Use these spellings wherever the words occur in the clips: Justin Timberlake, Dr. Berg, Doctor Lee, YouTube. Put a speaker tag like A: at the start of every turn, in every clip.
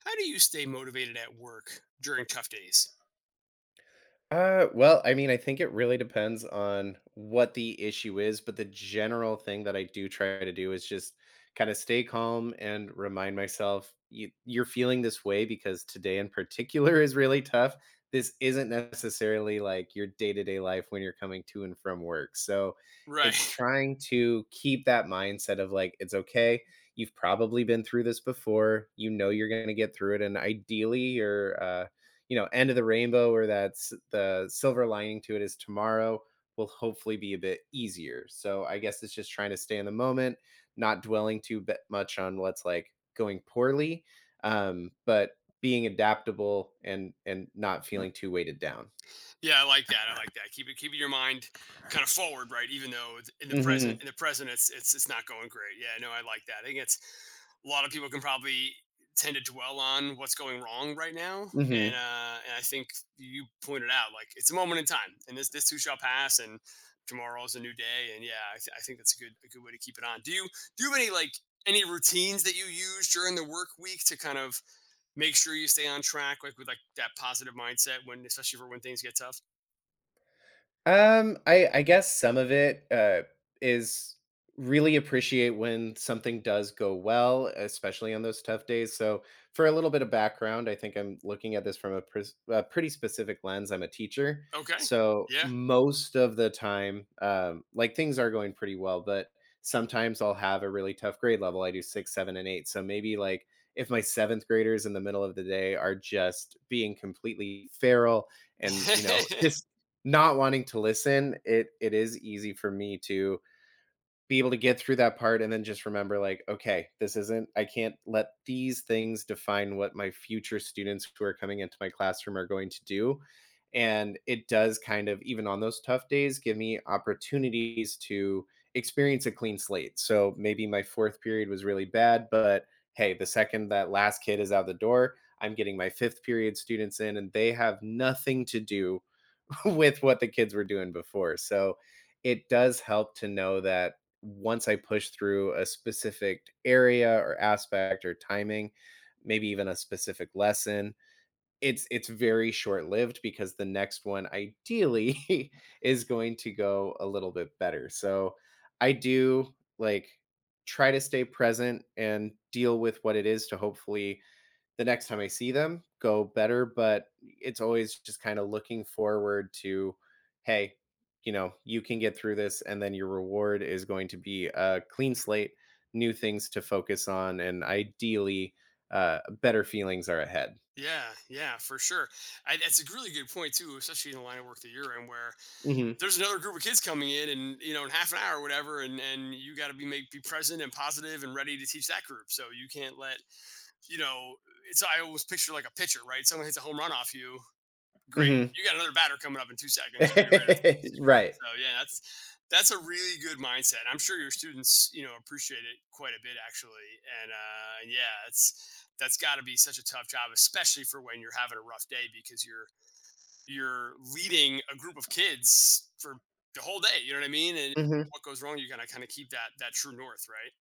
A: How do you stay motivated at work during tough days?
B: Well, I mean, I think it really depends on what the issue is, but the general thing that I do try to do is just kind of stay calm and remind myself you're feeling this way because today in particular is really tough. This isn't necessarily like your day to day life when you're coming to and from work. So it's
A: Right.
B: trying to keep that mindset of like, it's okay. You've probably been through this before. You know you're going to get through it. And ideally, you're, end of the rainbow or that's the silver lining to it is tomorrow will hopefully be a bit easier. So I guess it's just trying to stay in the moment, not dwelling too bit much on what's like going poorly, but being adaptable and not feeling too weighted down.
A: Yeah, I like that. I like that. Keeping your mind kind of forward, right? Even though in the present
B: Mhm.
A: it's not going great. Yeah, no, I like that. I think it's a lot of people can probably tend to dwell on what's going wrong right now. And
B: Mhm.
A: uh and I think you pointed out like it's a moment in time and this too shall pass and tomorrow is a new day. And yeah, I think that's a good way to keep it on. Do you have any like any routines that you use during the work week to kind of make sure you stay on track, like with like that positive mindset, when, especially, for when things get tough?
B: I guess some of it is really appreciate when something does go well, especially on those tough days. So, for a little bit of background, I think I'm looking at this from a pretty specific lens. I'm a teacher,
A: Okay.
B: so
A: Yeah.
B: most of the time, like things are going pretty well, but sometimes I'll have a really tough grade level. I do six, seven, and eight. So maybe like if my seventh graders in the middle of the day are just being completely feral and just not wanting to listen, it is easy for me to be able to get through that part and then just remember like, okay, this isn't I can't let these things define what my future students who are coming into my classroom are going to do. And it does kind of even on those tough days give me opportunities to experience a clean slate. So maybe my fourth period was really bad, but hey, the second that last kid is out the door, I'm getting my fifth period students in and they have nothing to do with what the kids were doing before. So it does help to know that once I push through a specific area or aspect or timing, maybe even a specific lesson, it's very short-lived because the next one ideally is going to go a little bit better. So I do like try to stay present and deal with what it is to hopefully the next time I see them go better, but it's always just kind of looking forward to, hey, you know, you can get through this, and then your reward is going to be a clean slate, new things to focus on, and ideally, better feelings are ahead.
A: Yeah, yeah, for sure. That's a really good point too, especially in the line of work that you're in, where
B: Mhm.
A: there's another group of kids coming in, and in half an hour or whatever, and you got to be present and positive and ready to teach that group. So you can't let. You know it's i always picture like a pitcher, right? Someone hits a home run off you. Great.
B: Mhm.
A: You got another batter coming up in 2 seconds. You got to be ready.
B: Right.
A: So yeah, that's a really good mindset. I'm sure your students, appreciate it quite a bit actually. And yeah, it's that's got to be such a tough job, especially for when you're having a rough day, because you're leading a group of kids for the whole day. You know what I mean? And
B: Mhm.
A: what goes wrong, you gotta kind of keep that true north, right?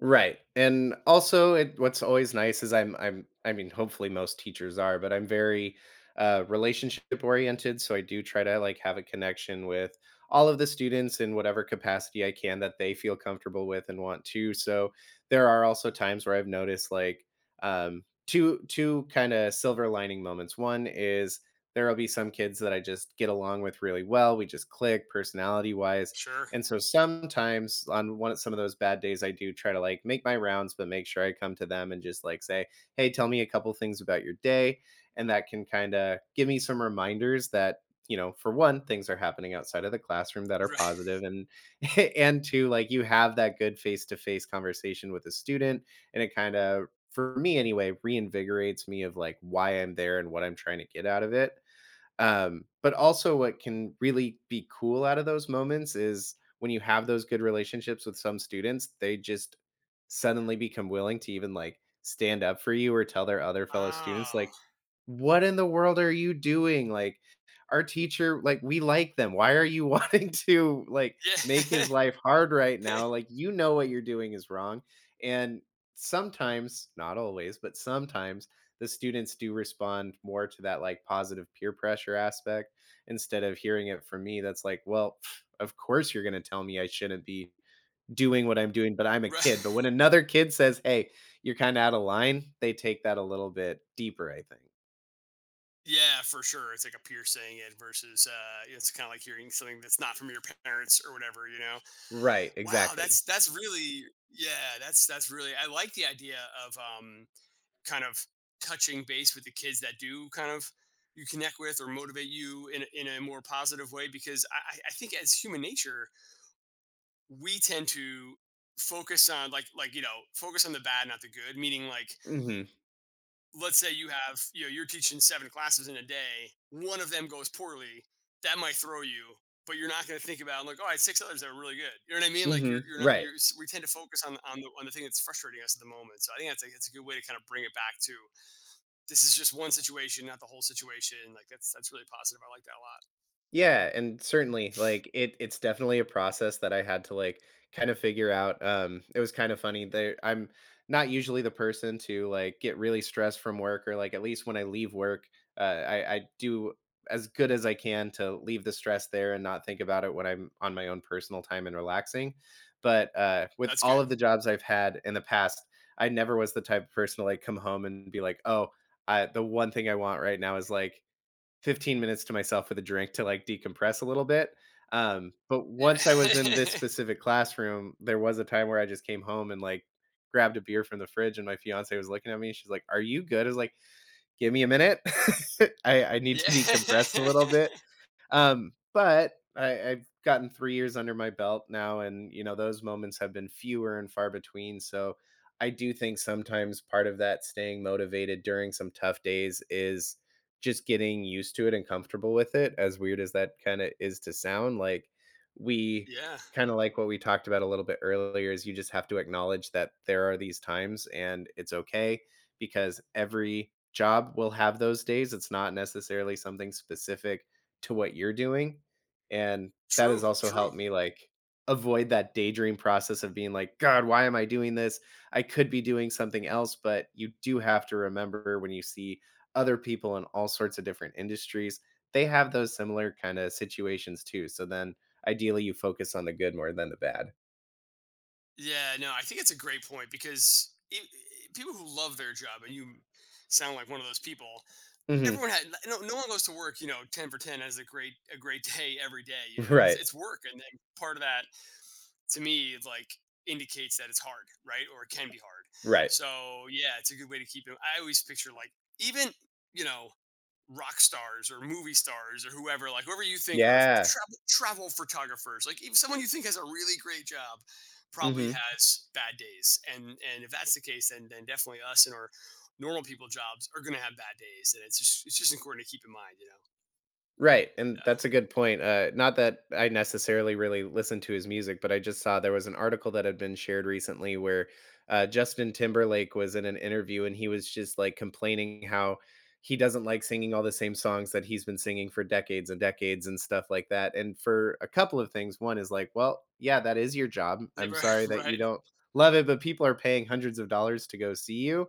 B: Right. And also it what's always nice is I mean hopefully most teachers are, but I'm very relationship oriented, so I do try to like have a connection with all of the students in whatever capacity I can that they feel comfortable with and want to. So there are also times where I've noticed like two kind of silver lining moments. One is there'll be some kids that I just get along with really well. We just click personality wise,
A: Sure.
B: and so sometimes on one some of those bad days, I do try to like make my rounds, but make sure I come to them and just like say, "Hey, tell me a couple things about your day," and that can kind of give me some reminders that for one, things are happening outside of the classroom that are positive,
A: Right.
B: and and two, like you have that good face to face conversation with a student, and it kind of for me anyway reinvigorates me of like why I'm there and what I'm trying to get out of it. But also, what can really be cool out of those moments is when you have those good relationships with some students, they just suddenly become willing to even like stand up for you or tell their other fellow students,
A: Oh,
B: like, what in the world are you doing? Like, our teacher, like, we like them. Why are you wanting to like make
A: yeah.
B: his life hard right now? Like, you know what you're doing is wrong. And sometimes, not always, but sometimes the students do respond more to that like positive peer pressure aspect instead of hearing it from me that's like, well, pff, of course you're going to tell me I shouldn't be doing what I'm doing, but I'm a kid. But
A: Right.
B: when another kid says, hey, you're kind of out of line, they take that a little bit deeper, I think.
A: Yeah, for sure. It's like a peer saying it versus, it's kind of like hearing something that's not from your parents or whatever.
B: Right,
A: Wow,
B: exactly.
A: that's really. Yeah, that's really. I like the idea of, kind of touching base with the kids that do kind of you connect with or motivate you in a more positive way, because I think, as human nature, we tend to focus on, like, you know, focus on the bad, not the good. Meaning like,
B: Hmm.
A: let's say you have, you're teaching seven classes in a day, one of them goes poorly, that might throw you. But you're not going to think about like, oh, I had six others that were really good. You know what I mean? Like
B: Hmm.
A: you're not
B: Right.
A: you're we tend to focus on the thing that's frustrating us at the moment. So I think that's a good way to kind of bring it back to, this is just one situation, not the whole situation. Like that's really positive. I like that a lot.
B: Yeah, and certainly, like, it's definitely a process that I had to, like, kind of figure out. It was kind of funny there. I'm not usually the person to, like, get really stressed from work or, like, at least when I leave work, I do as good as I can to leave the stress there and not think about it when I'm on my own personal time and relaxing, but, with
A: That's
B: all
A: good.
B: of the jobs I've had in the past, I never was the type of person to, like, come home and be like, "Oh, I the one thing I want right now is, like, 15 minutes to myself with a drink to like decompress a little bit. But
A: Yeah.
B: once I was in this specific classroom, there was a time where I just came home and like grabbed a beer from the fridge, and my fiance was looking at me. She's like, "Are you good?" I was like, "Give me a minute. I need
A: Yeah.
B: to decompress a little bit." But I've gotten 3 years under my belt now, and you know those moments have been fewer and far between. So I do think sometimes part of that staying motivated during some tough days is just getting used to it and comfortable with it. As weird as that kind of is to sound, like, we,
A: Yeah.
B: kind of like what we talked about a little bit earlier, is you just have to acknowledge that there are these times and it's okay because every job will have those days. It's not necessarily something specific to what you're doing, and that has
A: True,
B: also helped
A: true.
B: me, like, avoid that daydream process of being like, "God, why am I doing this? I could be doing something else," but you do have to remember when you see other people in all sorts of different industries, they have those similar kinda situations too, so then ideally you focus on the good more than the bad.
A: Yeah, no, I think it's a great point, because people who love their job, and you sound like one of those people.
B: Mhm.
A: Everyone had No, no one goes to work, you know, ten for ten, has a great day every day. You know, it's
B: Right.
A: it's work, and then part of that, to me, like, indicates that it's hard, right, or it can be hard.
B: Right.
A: So yeah, it's a good way to keep it. I always picture like, even, you know rock stars or movie stars or whoever, like whoever you think, or
B: Yeah.
A: travel photographers, like, even someone you think has a really great job probably
B: Mhm.
A: has bad days. And if that's the case, then definitely us and our normal people jobs are gonna have bad days. And it's just important to keep in mind, you know.
B: Right, and that's a good point. Not that I necessarily really listen to his music, but I just saw there was an article that had been shared recently where Justin Timberlake was in an interview and he was just like complaining how he doesn't like singing all the same songs that he's been singing for decades and decades and stuff like that. And for a couple of things, one is like, well, yeah, that is your job.
A: Yeah.
B: I'm
A: Yeah, right.
B: sorry that you
A: Right.
B: don't love it, but people are paying hundreds of dollars to go see you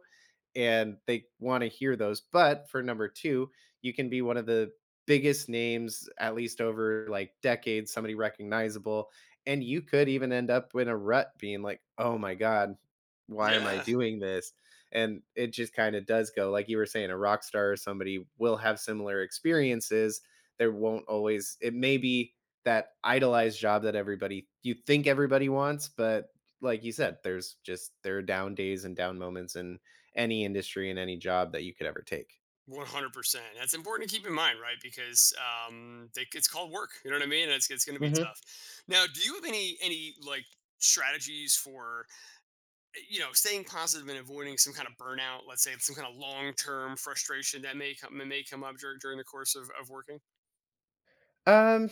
B: and they want to hear those. But for number two, you can be one of the biggest names, at least over like decades, somebody recognizable. And you could even end up in a rut being like, oh my God, why am I
A: Yeah.
B: doing this? And it just kind of does go, like you were saying, a rock star or somebody will have similar experiences. There won't always, it may be that idolized job that everybody, you think everybody wants, but like you said, there's just, there are down days and down moments and any industry and any job that you could ever take?
A: 100%. That's important to keep in mind, right? Because, it's called work. You know what I mean? And it's going to be
B: Mhm.
A: tough. Now, do you have any like strategies for, staying positive and avoiding some kind of burnout, let's say some kind of long term frustration that may come up during the course of working?
B: Um,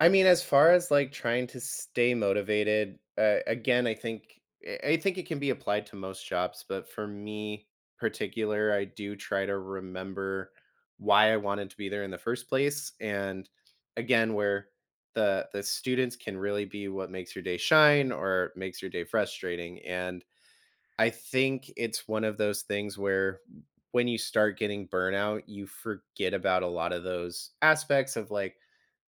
B: I mean, as far as like trying to stay motivated, again, I think it can be applied to most jobs, but for me particular, I do try to remember why I wanted to be there in the first place, and again, where the students can really be what makes your day shine or makes your day frustrating, and I think it's one of those things where when you start getting burnout, you forget about a lot of those aspects of like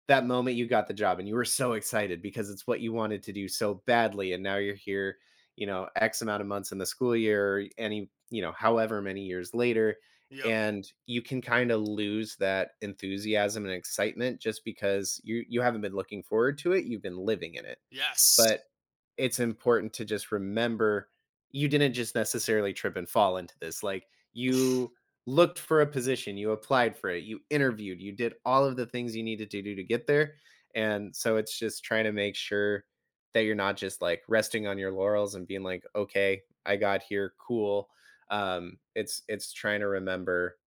B: that moment you got the job and you were so excited because it's what you wanted to do so badly. And now you're here, you know, X amount of months in the school year, or any, you know, however many years later.
A: Yep.
B: And you can kind of lose that enthusiasm and excitement just because you haven't been looking forward to it. You've been living in it,
A: Yes.
B: but it's important to just remember you didn't just necessarily trip and fall into this. Like, you looked for a position, you applied for it, you interviewed, you did all of the things you needed to do to get there. And so it's just trying to make sure that you're not just like resting on your laurels and being like, okay, I got here, cool. It's trying to remember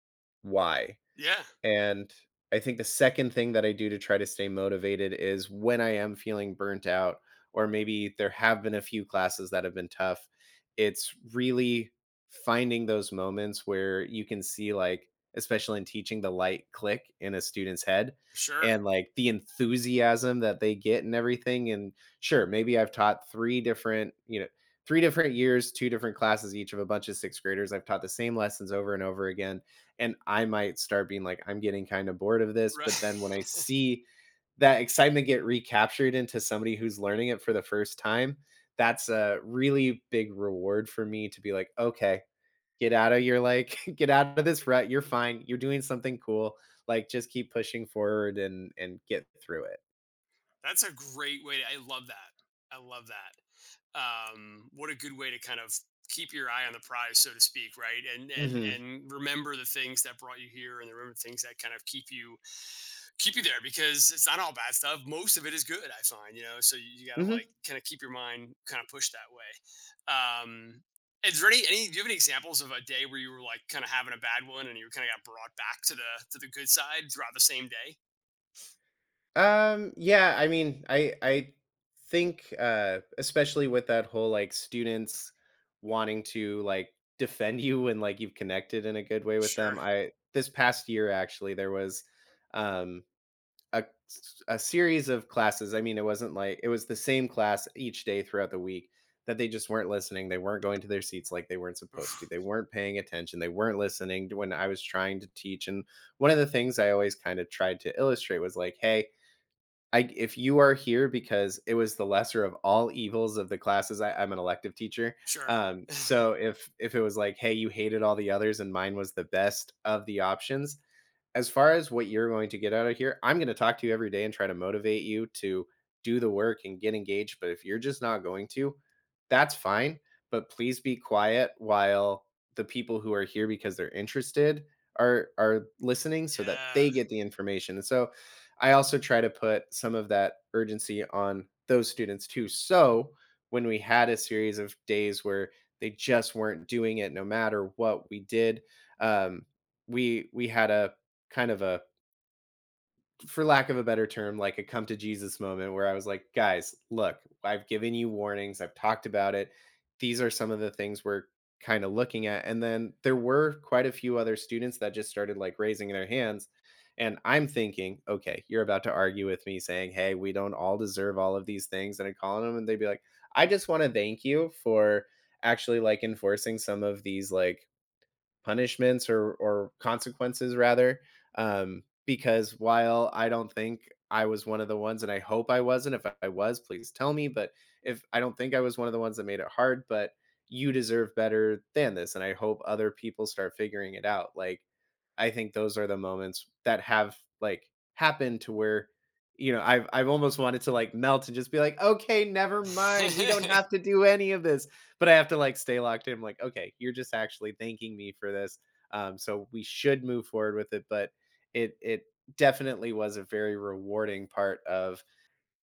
B: why.
A: Yeah.
B: And I think the second thing that I do to try to stay motivated is when I am feeling burnt out, or maybe there have been a few classes that have been tough, it's really finding those moments where you can see, like, especially in teaching, the light click in a student's head
A: Sure.
B: and like the enthusiasm that they get and everything. And sure, maybe I've taught three different years, two different classes each of a bunch of sixth graders. I've taught the same lessons over and over again, and I might start being like, "I'm getting kind of bored of this," but then when I
A: Right.
B: see that excitement get recaptured into somebody who's learning it for the first time, that's a really big reward for me to be like, "Okay, get out of your like get out of this rut. You're fine. You're doing something cool. Like, just keep pushing forward and get through it."
A: That's a great way. I love that. I love that. What a good way to kind of keep your eye on the prize, so to speak, right? And and
B: Mhm.
A: and remember the things that brought you here, and remember the things that kind of keep you there, because it's not all bad stuff. Most of it is good, I find, you know. So you got to
B: Mhm.
A: like kind of keep your mind kind of pushed that way. Is there any Do you have any examples of a day where you were like kind of having a bad one and you kind of got brought back to the good side throughout the same day?
B: Yeah, I mean, I think especially with that whole like students wanting to like defend you, and like you've connected in a good way with them.
A: Sure.
B: I this past year actually there was, um a series of classes. I mean, it wasn't like it was the same class each day throughout the week that they just weren't listening. They weren't going to their seats like they weren't supposed to.
A: Oof.
B: They weren't paying attention. They weren't listening to when I was trying to teach. And one of the things I always kind of tried to illustrate was like, hey, I if you are here because it was the lesser of all evils of the classes. I'm an elective teacher.
A: Sure.
B: So if it was like, hey, you hated all the others and mine was the best of the options, as far as what you're going to get out of here, I'm going to talk to you every day and try to motivate you to do the work and get engaged. But if you're just not going to, that's fine. But please be quiet while the people who are here because they're interested are listening so that
A: Yeah.
B: they get the information. And so I also try to put some of that urgency on those students too. So when we had a series of days where they just weren't doing it no matter what we did, um, we had a kind of a, for lack of a better term, like a come to Jesus moment where I was like, guys, look, I've given you warnings, I've talked about it. These are some of the things we're kind of looking at. And then there were quite a few other students that just started like raising their hands. And I'm thinking, okay, you're about to argue with me saying, hey, we don't all deserve all of these things. And I'm calling them and they'd be like, I just want to thank you for actually like enforcing some of these like punishments or consequences, rather, because while I don't think I was one of the ones, and I hope I wasn't — if I was, please tell me, but if — I don't think I was one of the ones that made it hard, but you deserve better than this, and I hope other people start figuring it out. Like, I think those are the moments that have like happened, to where, you know, I've almost wanted to like melt and just be like, okay, never mind, we don't have to do any of this. But I have to like stay locked in. I'm like, okay, you're just actually thanking me for this. So we should move forward with it, but it definitely was a very rewarding part of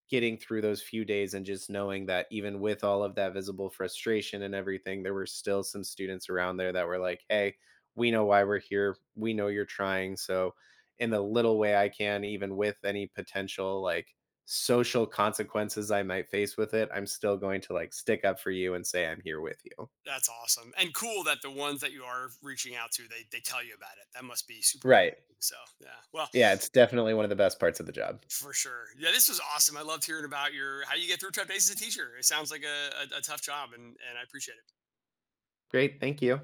B: getting through those few days, and just knowing that even with all of that visible frustration and everything, there were still some students around there that were like, hey, we know why we're here. We know you're trying. So, in the little way I can, even with any potential like social consequences I might face with it, I'm still going to like stick up for you and say I'm here with you.
A: That's awesome, and cool that the ones that you are reaching out to, they tell you about it. That must be super rewarding.
B: Right.
A: So yeah, well.
B: Yeah, it's definitely one of the best parts of the job.
A: For sure. Yeah, this was awesome. I loved hearing about your how you get through tough days as a teacher. It sounds like a tough job, and I appreciate it.
B: Great. Thank you.